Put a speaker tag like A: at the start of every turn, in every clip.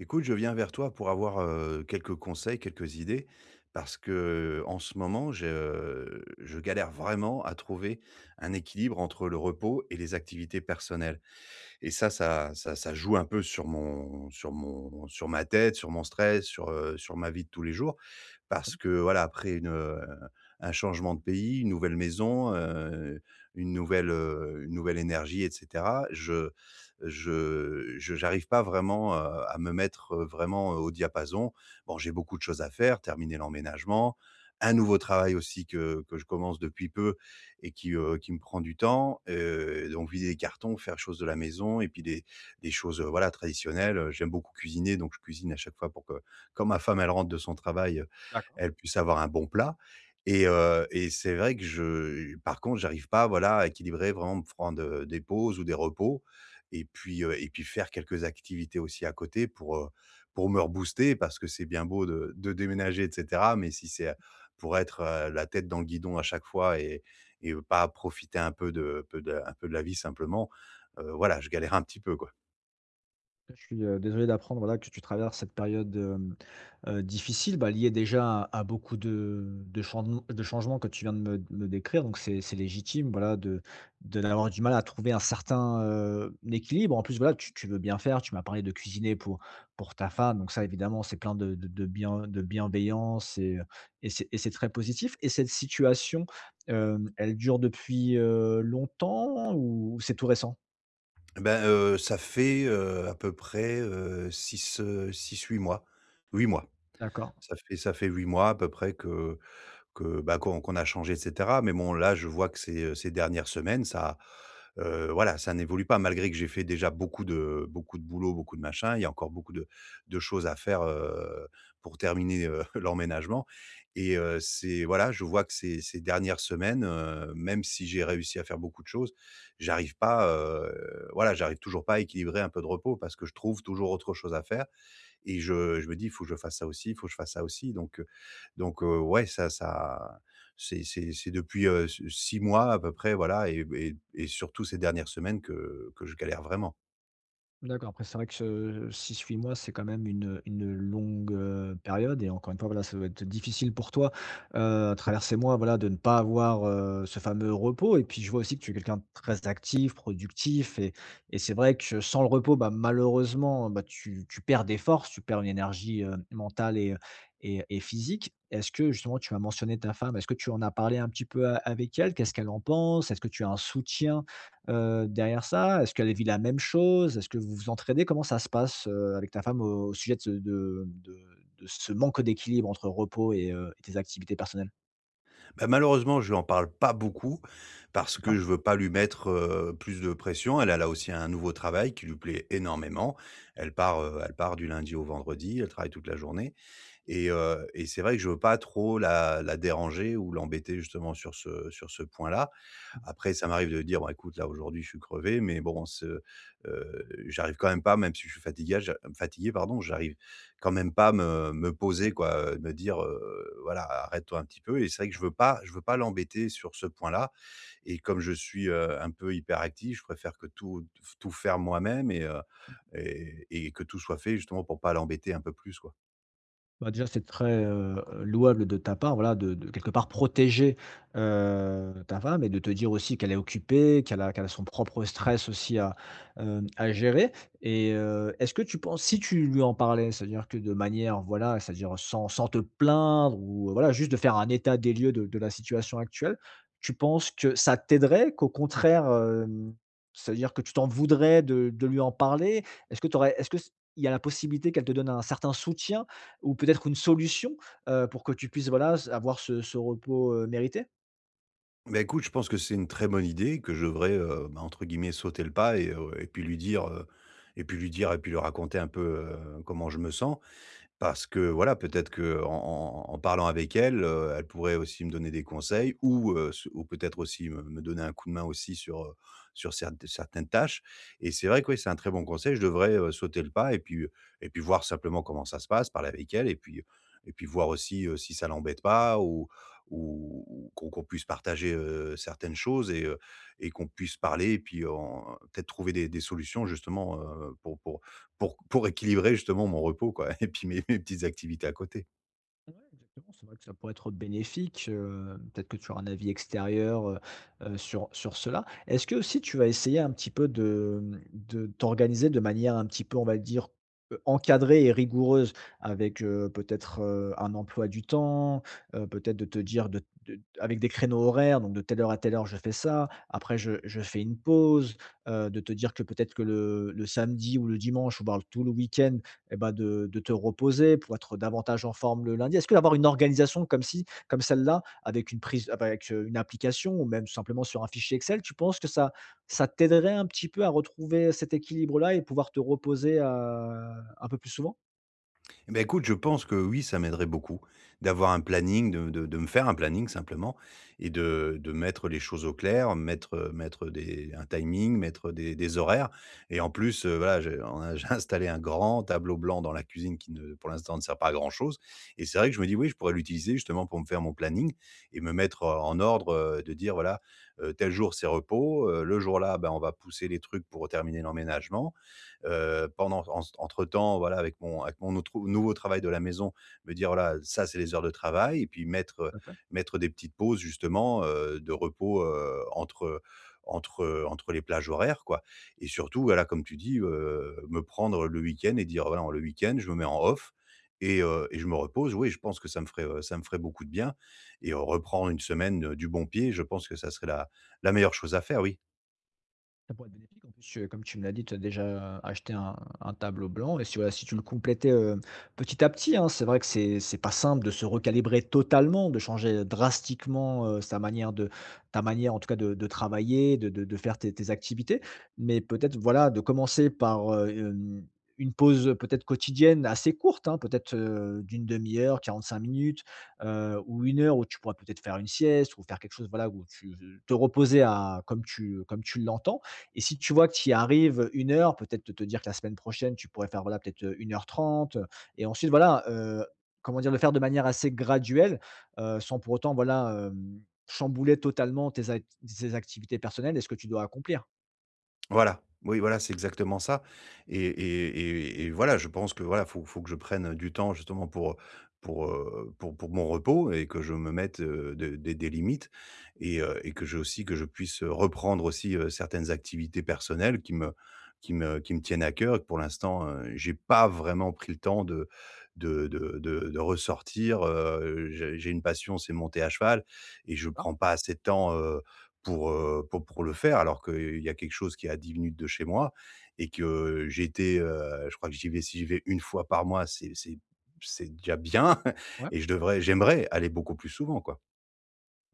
A: Écoute, je viens vers toi pour avoir, quelques conseils, quelques idées parce que en ce moment, je galère vraiment à trouver un équilibre entre le repos et les activités personnelles et ça joue un peu sur mon sur mon sur ma tête, sur mon stress, sur ma vie de tous les jours. Parce que voilà, après un changement de pays, une nouvelle maison, une une nouvelle énergie et cetera, je j'arrive pas vraiment, à me mettre, vraiment, au diapason. Bon, j'ai beaucoup de choses à faire, terminer l'emménagement, un nouveau travail aussi que je commence depuis peu, et qui me prend du temps, donc vider les cartons, faire choses de la maison et puis des choses, voilà, traditionnelles. J'aime beaucoup cuisiner, donc je cuisine à chaque fois pour que quand ma femme elle rentre de son travail,
B: D'accord.
A: elle puisse avoir un bon plat et c'est vrai que je par contre j'arrive pas, voilà, à équilibrer, vraiment me prendre, des pauses ou des repos et puis faire quelques activités aussi à côté pour me rebooster parce que c'est bien beau de déménager et cetera, mais si c'est, pour être, la tête dans le guidon à chaque fois et pas profiter un peu de la vie simplement. Voilà, je galère un petit peu, quoi.
B: Je suis, désolé d'apprendre, voilà, que tu traverses cette période, difficile, bah, liée déjà à beaucoup de changements que tu viens de me décrire. Donc c'est légitime, voilà, de d'avoir du mal à trouver un certain, équilibre. En plus, voilà, tu veux bien faire, tu m'as parlé de cuisiner pour ta femme, donc ça, évidemment, c'est plein de bienveillance et c'est très positif. Et cette situation, elle dure depuis, longtemps ou c'est tout récent?
A: Eh Ben, ça fait, à peu près, six six huit mois. Huit mois.
B: D'accord.
A: Ça fait 8 mois à peu près que qu'on a changé et cetera. Mais bon, là, je vois que ces dernières semaines, ça, voilà, ça n'évolue pas malgré que j'ai fait déjà beaucoup de boulot, beaucoup de machin. Il y a encore beaucoup de choses à faire, pour terminer, l'emménagement et c'est voilà, je vois que ces dernières semaines, même si j'ai réussi à faire beaucoup de choses, j'arrive pas, voilà, j'arrive toujours pas à équilibrer un peu de repos parce que je trouve toujours autre chose à faire et je me dis: «Il faut que je fasse ça aussi, il faut que je fasse ça aussi». Donc ouais, ça c'est depuis, s 6 mois à peu près, voilà et surtout ces dernières semaines que je galère vraiment.
B: D'accord, après c'est vrai que ce 6-8 mois, c'est quand même une longue, période et encore une fois, voilà, ça doit être difficile pour toi, à travers ces mois, voilà, de ne pas avoir, ce fameux repos et puis je vois aussi que tu es quelqu'un de très actif, productif et c'est vrai que sans le repos, bah, malheureusement, bah, tu perds des forces, tu perds une énergie, mentale et physique. Est-ce que justement tu as mentionné ta femme, est-ce que tu en as parlé un petit peu a avec elle? Qu'est-ce qu'elle en pense? Est-ce que tu as un soutien, derrière ça, est-ce qu'elle vit la même chose? Est-ce que vous vous entraidez? Comment ça se passe, avec ta femme au sujet de ce manque d'équilibre entre repos et tes activités personnelles?
A: Bah, malheureusement, je lui en parle pas beaucoup parce que
B: D'accord.
A: je veux pas lui mettre, plus de pression. Elle a là aussi un nouveau travail qui lui plaît énormément. Elle part du lundi au vendredi, elle travaille toute la journée et c'est vrai que je veux pas trop la déranger ou l'embêter justement sur ce point-là.
B: Mmh.
A: Après, ça m'arrive de dire: «Bon écoute, là aujourd'hui, je suis crevé, mais bon, ce j'arrive quand même pas, même si je suis fatigué j'a fatigué, pardon, j'arrive quand même pas à me poser quoi, me dire: "Voilà, arrête-toi un petit peu" et c'est vrai que je veux pas l'embêter sur ce point-là et comme je suis, un peu hyperactif, je préfère que tout faire moi-même et que tout soit fait justement pour pas l'embêter un peu plus, quoi.
B: Bah, déjà, c'est très, louable de ta part, voilà, de quelque part protéger, ta femme et de te dire aussi qu'elle est occupée, qu'elle a son propre stress aussi à gérer. Et est-ce que tu penses si tu lui en parlais, c'est-à-dire que de manière, voilà, c'est-à-dire sans te plaindre ou voilà, juste de faire un état des lieux de la situation actuelle, tu penses que ça t'aiderait? Qu'au contraire, c'est-à-dire que tu t'en voudrais de lui en parler? Est-ce que il y a la possibilité qu'elle te donne un certain soutien? Ou peut-être une solution, pour que tu puisses, voilà, avoir ce repos, mérité?
A: Bah, écoute, je pense que c'est une très bonne idée, que je devrais, bah, entre guillemets, «sauter le pas» et puis lui dire, et puis lui dire et puis lui raconter un peu, comment je me sens. Parce que voilà, peut-être qu'en en en en parlant avec elle pourrait aussi me donner des conseils ou peut-être aussi me donner un coup de main aussi sur certaines tâches et c'est vrai que oui, c'est un très bon conseil. Je devrais, sauter le pas et puis, et puis voir simplement comment ça se passe, parler avec elle et puis voir aussi, si ça l'embête pas ou qu'on puisse partager, certaines choses et qu'on puisse parler et puis en peut-être trouver des solutions justement, pour équilibrer justement mon repos, quoi, et puis mes petites activités à côté.
B: Ouais, exactement, c'est vrai que ça pourrait être bénéfique, peut-être que tu auras un avis extérieur, sur cela. Est-ce que aussi tu vas essayer un petit peu de t'organiser de manière un petit peu, on va dire, encadrée et rigoureuse avec, peut-être, un emploi du temps, peut-être de te dire de avec des créneaux horaires, donc de telle heure à telle heure je fais ça, après je fais une pause, de te dire que peut-être que le samedi ou le dimanche ou voire tout le week-end, eh ben, de te reposer pour être davantage en forme le lundi? Est-ce que d'avoir une organisation comme si, comme celle-là, avec une application ou même simplement sur un fichier Excel, tu penses que ça t'aiderait un petit peu à retrouver cet équilibre-là et pouvoir te reposer, un peu plus souvent?
A: Eh ben, écoute, je pense que oui, ça m'aiderait beaucoup d'avoir un planning, de me faire un planning simplement et de mettre les choses au clair, mettre des un timing, mettre des horaires et en plus, voilà, j'ai on a j'ai installé un grand tableau blanc dans la cuisine qui ne pour l'instant ne sert pas à grand chose et c'est vrai que je me dis: «Oui, je pourrais l'utiliser justement pour me faire mon planning et me mettre, en ordre», de dire voilà, tel jour c'est repos, le jour là, ben on va pousser les trucs pour terminer l'emménagement. Pendant en entre-temps, voilà, avec mon autre nouveau travail de la maison, me dire: «Voilà, ça, c'est les heures de travail» et puis mettre des petites pauses justement, de repos, entre les plages horaires, quoi, et surtout, voilà, comme tu dis, me prendre le week-end et dire: «Voilà, le week-end, je me mets en off et je me repose». Oui, je pense que ça me ferait beaucoup de bien et reprendre une semaine, du bon pied. Je pense que ça serait la meilleure chose à faire, oui.
B: Ça pourrait être bénéfique. En plus, comme tu me l'as dit, tu as déjà acheté un tableau blanc et si, voilà, si tu le complétais, petit à petit, hein, c'est vrai que c'est pas simple de se recalibrer totalement, de changer drastiquement, sa manière de ta manière en tout cas de travailler, de faire tes activités. Mais peut-être, voilà, de commencer par, une pause, peut-être quotidienne assez courte, hein, peut-être, d'1/2 heure, cinq minutes, ou une heure où tu pourras peut-être faire une sieste ou faire quelque chose, voilà, où tu te reposer à comme tu l'entends. Et si tu vois que tu y arrives une heure, peut-être te dire que la semaine prochaine, tu pourrais faire, voilà, peut-être, une 1:30 et ensuite, voilà, comment dire? Le faire de manière assez graduelle, sans pour autant, voilà, chambouler totalement tes activités personnelles et ce que tu dois accomplir.
A: Voilà, oui, voilà, c'est exactement ça et voilà, je pense que, voilà, faut que je prenne du temps justement pour mon repos et que je me mette, de des limites et que je puisse reprendre aussi, certaines activités personnelles qui me tiennent à cœur et que pour l'instant, j'ai pas vraiment pris le temps de ressortir. J'ai j'ai une passion, c'est monter à cheval et je
B: D'accord.
A: prends pas assez de temps, pour le faire alors qu'il y a quelque chose qui est à 10 minutes de chez moi et que je crois que j'y vais, si j'y vais une fois par mois, c'est déjà bien
B: Ouais.
A: et je devrais j'aimerais aller beaucoup plus souvent, quoi.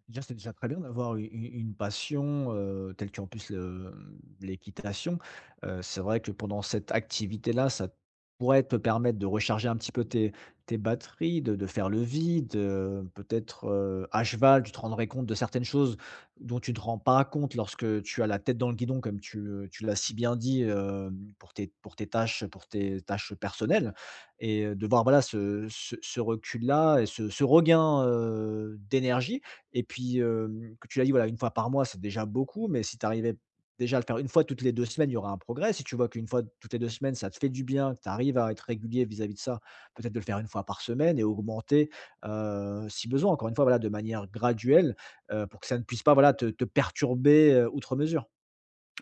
B: Déjà, c'est déjà très bien d'avoir une passion, telle qu'en plus l'équitation. C'est vrai que pendant cette activité-là, ça pourrait te permettre de recharger un petit peu tes batteries, de faire le vide. Peut-être à cheval, tu te rendrais compte de certaines choses dont tu ne te rends pas compte lorsque tu as la tête dans le guidon, comme tu l'as si bien dit, pour tes tâches personnelles et de voir voilà ce recul-là et ce regain d'énergie et puis, que tu l'as dit, voilà, une fois par mois, c'est déjà beaucoup, mais si tu arrivais déjà à le faire une fois toutes les 2 semaines, il y aura un progrès. Si tu vois qu'une fois toutes les 2 semaines, ça te fait du bien, que tu arrives à être régulier vis-à-vis de ça, peut-être de le faire une fois par semaine et augmenter, si besoin, encore une fois, voilà, de manière graduelle, pour que ça ne puisse pas, voilà, te perturber, outre mesure.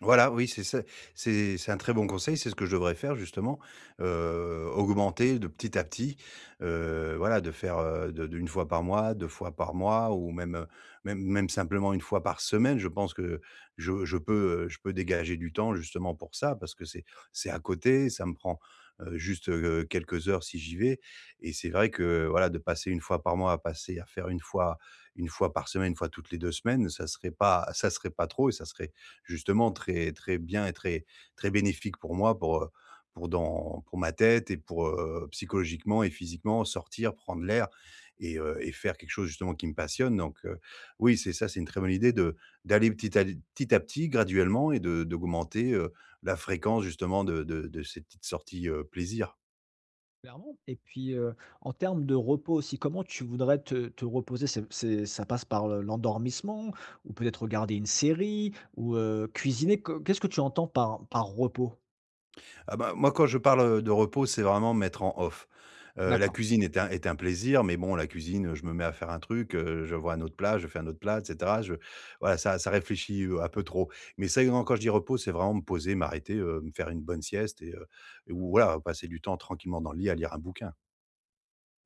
A: Voilà, oui, c'est ça, c'est un très bon conseil, c'est ce que je devrais faire justement, augmenter de petit à petit, voilà, de faire, de fois par mois, 2 fois par mois ou même simplement une fois par semaine. Je pense que je peux dégager du temps justement pour ça, parce que c'est à côté, ça me prend, juste, quelques heures si j'y vais et c'est vrai que, voilà, de passer une fois par mois à passer à faire une fois par semaine, une fois toutes les 2 semaines, ça serait pas, ça serait pas trop et ça serait justement très très bien et très très bénéfique pour moi, pour ma tête et pour, psychologiquement et physiquement sortir, prendre l'air et faire quelque chose justement qui me passionne. Donc oui, c'est ça, c'est une très bonne idée de d'aller petit à petit, graduellement et de d'augmenter, la fréquence justement de ces petites sorties, plaisir.
B: Clairement et puis, en termes de repos aussi, comment tu voudrais te reposer? C'est ça passe par le l'endormissement ou peut-être regarder une série ou, cuisiner? Co qu'est-ce que tu entends par repos?
A: Ah bah, moi, quand je parle de repos, c'est vraiment me mettre en off. La
B: D'accord.
A: cuisine est un plaisir, mais bon, la cuisine, je me mets à faire un truc, je vois un autre plat, je fais un autre plat, et cetera. Je Voilà, ça réfléchit, un peu trop. Mais ça non, quand je dis repos, c'est vraiment me poser, m'arrêter, me faire une bonne sieste ou voilà, passer du temps tranquillement dans le lit à lire un bouquin.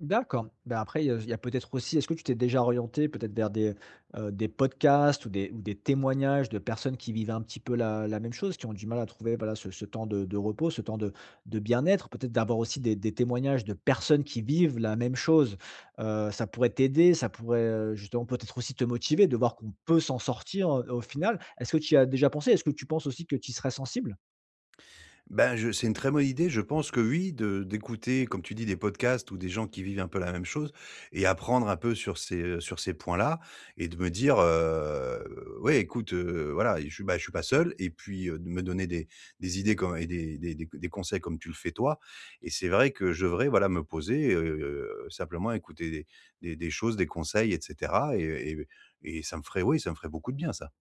B: D'accord. Ben après, il y a peut-être aussi est-ce que tu t'es déjà orienté peut-être vers des podcasts ou des témoignages de personnes qui vivent un petit peu la même chose, qui ont du mal à trouver, voilà, ce temps de repos, ce temps de bien-être? Peut-être d'avoir aussi des témoignages de personnes qui vivent la même chose, ça pourrait t'aider, ça pourrait, justement peut-être aussi te motiver de voir qu'on peut s'en sortir, au final. Est-ce que tu y as déjà pensé? Est-ce que tu penses aussi que tu y serais sensible?
A: Ben, je c'est une très bonne idée. Je pense que oui, de d'écouter, comme tu dis, des podcasts ou des gens qui vivent un peu la même chose et apprendre un peu sur sur ces points-là et de me dire: «Ouais, écoute, voilà, je suis, bah, je suis pas seul» et puis, de me donner des idées comme et des conseils comme tu le fais toi et c'est vrai que je devrais, voilà, me poser, simplement écouter des choses, des conseils et cetera et et ça me ferait, oui, ça me ferait beaucoup de bien, ça.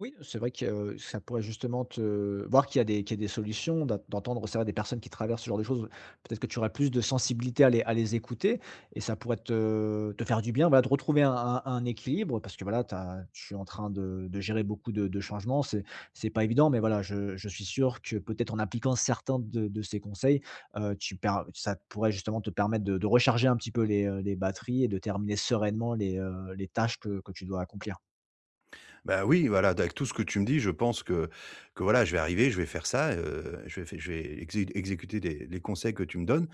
B: Oui, c'est vrai que, ça pourrait justement te voir qu'il y a des solutions, d'entendre, c'est vrai, des personnes qui traversent ce genre de choses. Peut-être que tu aurais plus de sensibilité à les écouter et ça pourrait te faire du bien, voilà, de retrouver un équilibre parce que, voilà, tu es en train de gérer beaucoup de changements. C'est pas évident, mais voilà, je suis sûr que peut-être en appliquant certains de ces conseils, tu per ça pourrait justement te permettre de recharger un petit peu les batteries et de terminer sereinement les tâches que tu dois accomplir.
A: Bah, oui, voilà, avec tout ce que tu me dis, je pense que voilà, je vais arriver, je vais faire ça, je vais exécuter les conseils que tu me donnes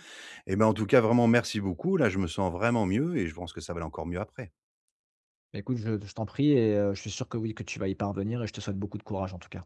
A: et ben, en tout cas, vraiment merci beaucoup. Là, je me sens vraiment mieux et je pense que ça va aller encore mieux après.
B: Bah, écoute, je t'en prie et je suis sûr que oui, que tu vas y parvenir et je te souhaite beaucoup de courage en tout cas.